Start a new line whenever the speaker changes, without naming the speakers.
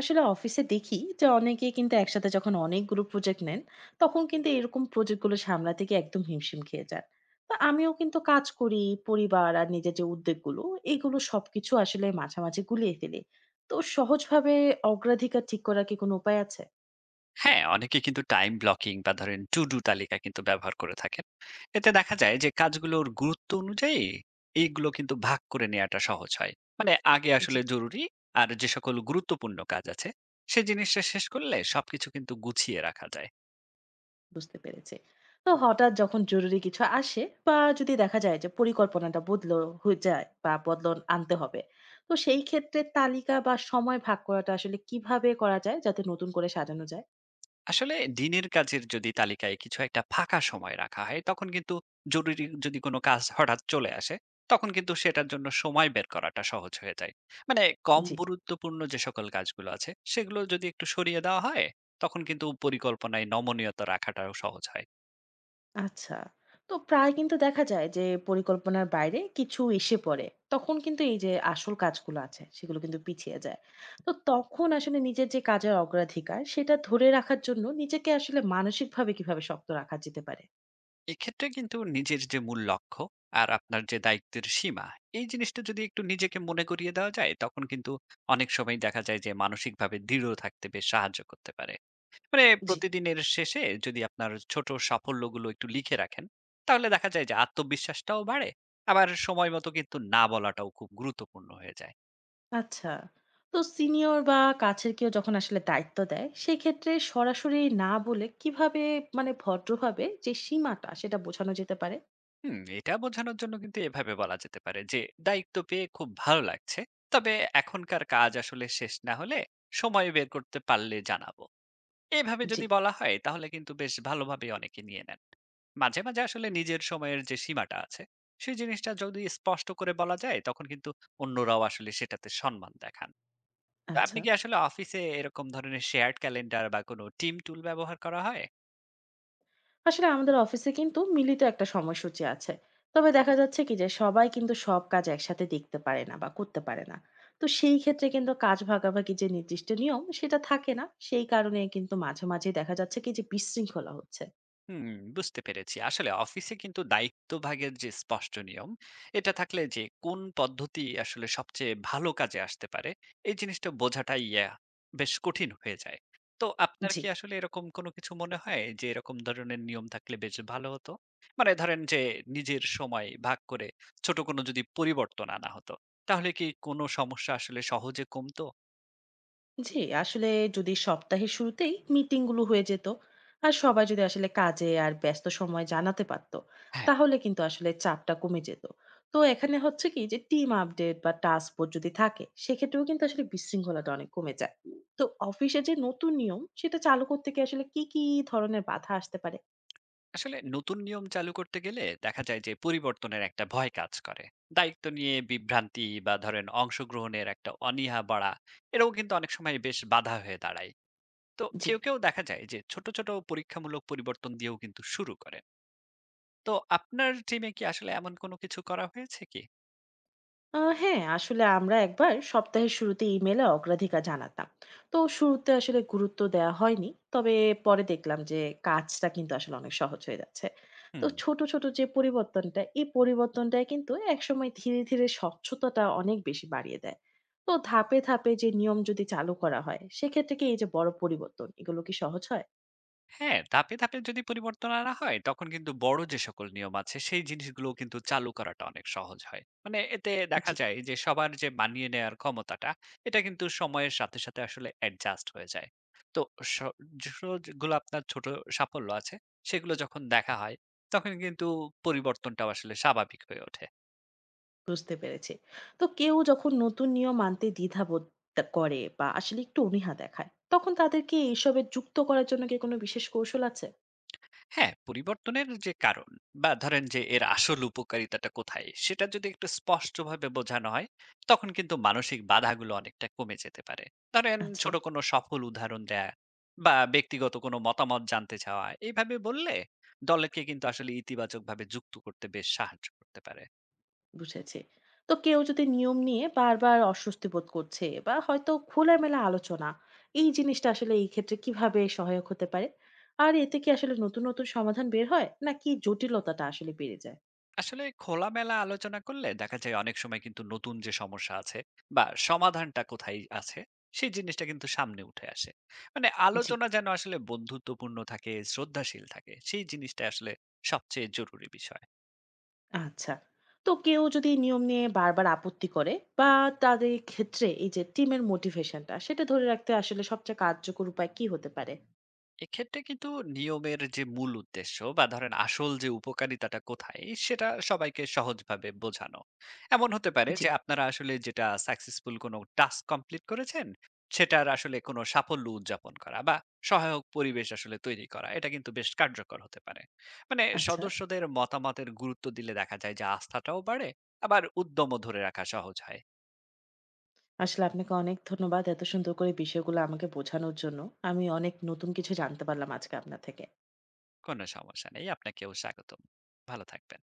আসলে অফিসে দেখি যে অনেকেই কিন্তু একসাথে যখন অনেকগুলো প্রজেক্ট নেন তখন কিন্তু এরকম প্রজেক্টগুলো সামলাতে গিয়ে একদম হিমশিম খেয়ে যান। তো আমিও কিন্তু কাজ করি, পরিবার আর নিজের যে উদ্যোগগুলো এগুলো সবকিছু আসলে মাঝামাঝি গুলিয়ে ফেলি। তো সহজভাবে অগ্রাধিকার ঠিক করার কি কোনো উপায় আছে?
হ্যাঁ, অনেকে কিন্তু টাইম ব্লকিং বা ধরেন টু ডু তালিকা কিন্তু ব্যবহার করে থাকেন। এতে দেখা যায় যে কাজগুলোর গুরুত্ব অনুযায়ী এইগুলো কিন্তু ভাগ করে নেওয়াটা সহজ হয়। মানে আগে
জি,
আসলে জরুরি আর যে সকল গুরুত্বপূর্ণ কাজ আছে সে জিনিসটা শেষ করলে সবকিছু কিন্তু গুছিয়ে রাখা যায়।
বুঝতে পেরেছি। তো হঠাৎ যখন জরুরি কিছু আসে বা যদি দেখা যায় যে পরিকল্পনাটা বদল হয়ে যায় বা বদলন আনতে হবে। তো সেই ক্ষেত্রে তালিকা বা সময় ভাগ করাটা আসলে কিভাবে করা যায় যাতে নতুন করে সাজানো যায়?
আসলে দিনের কাজের যদি তালিকায় কিছু একটা ফাঁকা সময় রাখা হয়, তখন কিন্তু জরুরি যদি কোনো কাজ হঠাৎ চলে আসে, তখন কিন্তু সেটার জন্য সময় বের করাটা সহজ হয়ে যায়। মানে কম
জি।
গুরুত্বপূর্ণ যে সকল কাজগুলো আছে সেগুলো যদি একটু সরিয়ে দেওয়া হয়, তখন কিন্তু পরিকল্পনায় নমনীয়তা রাখাটাও সহজ হয়।
আচ্ছা। তো প্রায় কিন্তু দেখা যায় যে পরিকল্পনার বাইরে কিছু এসে পড়ে। তখন কিন্তু এই যে আসল কাজগুলো আছে সেগুলো কিন্তু পিছিয়ে যায়। তো তখন আসলে নিজের যে কাজের অগ্রাধিকার সেটা ধরে রাখার জন্য নিজেকে আসলে মানসিকভাবে কিভাবে শক্ত রাখা যেতে পারে?
এক্ষেত্রে কিন্তু নিজের যে মূল লক্ষ্য আর আপনার যে দায়িত্বের সীমা, এই জিনিসটা যদি একটু নিজেকে মনে করিয়ে দেওয়া যায়, তখন কিন্তু অনেক সময় দেখা যায় যে মানসিকভাবে দৃঢ় থাকতে বেশ সাহায্য করতে পারে। মানে
জি।
প্রতিদিনের শেষে যদি আপনার ছোট সাফল্যগুলো একটু লিখে রাখেন, তাহলে দেখা যায় যে আত্মবিশ্বাসটাও বাড়ে। আবার সময় মতো কিন্তু না বলাটাও খুব গুরুত্বপূর্ণ হয়ে যায়।
আচ্ছা। তো সিনিয়র বা কাছের কেউ যখন আসলে দায়িত্ব দেয়, সেক্ষেত্রে সরাসরি না বলে কিভাবে মানে ভদ্রভাবে যে সীমাটা সেটা বোঝানো যেতে পারে?
হুম, এটা বোঝানোর জন্য কিন্তু এভাবে বলা যেতে পারে যে দায়িত্ব পেয়ে খুব ভালো লাগছে, তবে এখনকার কাজ আসলে শেষ না হলে, সময় বের করতে পারলে জানাবো। এভাবে
জি,
যদি বলা হয় তাহলে কিন্তু বেশ ভালোভাবে অনেকে নিয়ে নেন। মাঝে মাঝে আসলে নিজের সময়ের যে সীমাটা আছে সেই জিনিসটা যদি স্পষ্ট করে বলা যায়, তখন কিন্তু অন্যরাও আসলে সেটাতে সম্মান দেখান। তো আপনি
আচ্ছা।
কি আসলে অফিসে এরকম ধরনের শেয়ার্ড ক্যালেন্ডার বা কোনো টিম টুল ব্যবহার করা হয়?
আসলে আমাদের অফিসে কিন্তু মিলিত একটা সময়সূচি আছে। তবে দেখা যাচ্ছে কি যে সবাই কিন্তু সব কাজ একসাথে দেখতে পারে না বা করতে পারে না। তো সেই ক্ষেত্রে কিন্তু কাজ ভাগাভাগি যে নির্দিষ্ট নিয়ম সেটা থাকে না। সেই কারণে কিন্তু মাঝে মাঝে দেখা যাচ্ছে কি যে বিশৃঙ্খলা হচ্ছে।
হুম, বুঝতে পেরেছি। আসলে অফিসে কিন্তু দায়িত্ব ভাগের যে স্পষ্ট নিয়ম, এটা থাকলে যে কোন পদ্ধতি আসলে সবচেয়ে ভালো কাজে আসতে পারে, এই জিনিসটা বোঝাটাই বেশ কঠিন হয়ে যায়। তো আপনার
জি।
কি আসলে এরকম কোনো কিছু মনে হয় যে এরকম ধরনের নিয়ম থাকলে বেশ ভালো হতো? মানে ধরেন যে নিজের সময় ভাগ করে ছোট কোনো যদি পরিবর্তন আনা হতো, তাহলে কি কোনো সমস্যা আসলে সহজে কমতো?
জি, আসলে যদি সপ্তাহের শুরুতেই মিটিং গুলো হয়ে যেত, আর সবাই যদি আসলে কাজে আর ব্যস্ত সময় জানাতে পারতো
হ্যাঁ,
তাহলে কিন্তু আসলে চাপটা কমে যেত। তো এখানে হচ্ছে কি যে টিম আপডেট বা টাস্ক ফোর্স যদি থাকে সেক্ষেত্রেও কিন্তু আসলে বিশৃঙ্খলাটা অনেক কমে যায়। তো অফিসে যে নতুন নিয়ম সেটা চালু করতে কি আসলে কি কি ধরনের বাধা আসতে পারে?
আসলে নতুন নিয়ম চালু করতে গেলে দেখা যায় যে পরিবর্তনের একটা ভয় কাজ করে, দায়িত্ব নিয়ে বিভ্রান্তি বা ধরেন অংশগ্রহণের একটা অনীহা বাড়া, এটাও কিন্তু অনেক সময় বেশ বাধা হয়ে দাঁড়ায়। তো
জি।
কেউ কেউ দেখা যায় যে ছোট ছোট পরীক্ষামূলক পরিবর্তন দিয়েও কিন্তু শুরু করে। তো আপনার টিমে কি আসলে এমন কোনো কিছু করা হয়েছে কি?
হ্যাঁ, আসলে আমরা একবার সপ্তাহের শুরুতে ইমেলে অগ্রাধিকার জানাতাম। তো শুরুতে আসলে গুরুত্ব দেওয়া হয়নি, তবে পরে দেখলাম যে কাজটা কিন্তু আসলে অনেক সহজ হয়ে যাচ্ছে। তো
হুম।
ছোট ছোট যে পরিবর্তনটা এই পরিবর্তনটাই কিন্তু একসময় ধীরে ধীরে স্বচ্ছতাটা অনেক বেশি বাড়িয়ে দেয়। তো ধাপে ধাপে যে নিয়ম যদি চালু করা হয় সেক্ষেত্রে কি এই যে বড় পরিবর্তন এগুলো কি সহজ হয়?
হ্যাঁ, ধাপে, ধাপে যদি পরিবর্তন আনা হয়, তখন কিন্তু বড় যে সকল নিয়ম আছে, সেই জিনিসগুলো কিন্তু চালু করাটা অনেক সহজ হয়। মানে এতে দেখা
জি,
যায় যে সবার যে মানিয়ে নেয়ার ক্ষমতাটা, এটা কিন্তু সময়ের সাথে, সাথে আসলে অ্যাডজাস্ট হয়ে যায়। তো স যেগুলো আপনার ছোট সাফল্য আছে, সেগুলো যখন দেখা হয়, তখন কিন্তু পরিবর্তনটাও আসলে স্বাভাবিক হয়ে ওঠে।
বুঝতে পেরেছি। তো কেউ যখন নতুন নিয়ম মানতে দ্বিধাবোধ তা করে বা আসলে একটু অনীহা দেখায়, তখন তাদেরকে এসবে যুক্ত করার জন্য কি কোনো বিশেষ কৌশল আছে?
হ্যাঁ, পরিবর্তনের যে কারণ বা ধরেন যে এর আসল উপকারিতাটা কোথায় সেটা যদি একটু স্পষ্টভাবে বোঝানো হয়, তখন কিন্তু মানসিক বাধাগুলো অনেকটা কমে যেতে পারে। ধরেন
আচ্ছা,
ছোট কোনো সফল উদাহরণ দেয়া বা ব্যক্তিগত কোনো মতামত জানতে চাওয়া, এইভাবে বললে দলকে কিন্তু আসলে ইতিবাচকভাবে যুক্ত করতে বেশ সাহায্য করতে পারে।
বুঝেছি। তো কেউ যদি নিয়ম নিয়ে বারবার অস্বস্তি বোধ করছে বা হয়তো খোলামেলা আলোচনা, এই জিনিসটা আসলে এই ক্ষেত্রে কিভাবে সহায়ক হতে পারে? আর এতে কি আসলে নতুন নতুন সমাধান বের হয় নাকি জটিলতাটা আসলে বেড়ে যায়?
আসলে খোলামেলা আলোচনা করলে দেখা যায় অনেক সময় কিন্তু নতুন যে সমস্যা আছে বা সমাধানটা কোথায় আছে সেই জিনিসটা কিন্তু সামনে উঠে আসে। মানে
জি।
আলোচনা যেন আসলে বন্ধুত্বপূর্ণ থাকে, শ্রদ্ধাশীল থাকে, সেই জিনিসটা আসলে সবচেয়ে জরুরি বিষয়।
আচ্ছা। তো কেউ যদি নিয়ম নিয়ে বারবার আপত্তি করে বা তাদের ক্ষেত্রে এই যে টিমের মোটিভেশনটা সেটা ধরে রাখতে আসলে সবচেয়ে কার্যকর উপায় কি হতে পারে?
এক্ষেত্রে কিন্তু নিয়মের যে মূল উদ্দেশ্য বা ধরেন আসল যে উপকারিতাটা কোথায় সেটা সবাইকে সহজভাবে বোঝানো, এমন হতে পারে
জি,
যে আপনারা আসলে যেটা সাকসেসফুল কোনো টাস্ক কমপ্লিট করেছেন, সেটার আসলে কোনো সাফল্য উদযাপন করা বা সহায়ক পরিবেশ আসলে তৈরি করা, এটা কিন্তু বেশ কার্যকর হতে পারে। মানে
আচ্ছা।
সদস্যদের মতামতের গুরুত্ব দিলে দেখা যায় যে আস্থাটাও বাড়ে, আবার উদ্যমও ধরে রাখা সহজ হয়।
আসলে আপনাকে অনেক ধন্যবাদ এত সুন্দর করে বিষয়গুলো আমাকে বোঝানোর জন্য। আমি অনেক নতুন কিছু জানতে পারলাম আজকে আপনার থেকে।
কোনো সমস্যা নেই, আপনাকেও স্বাগতম। ভালো থাকবেন।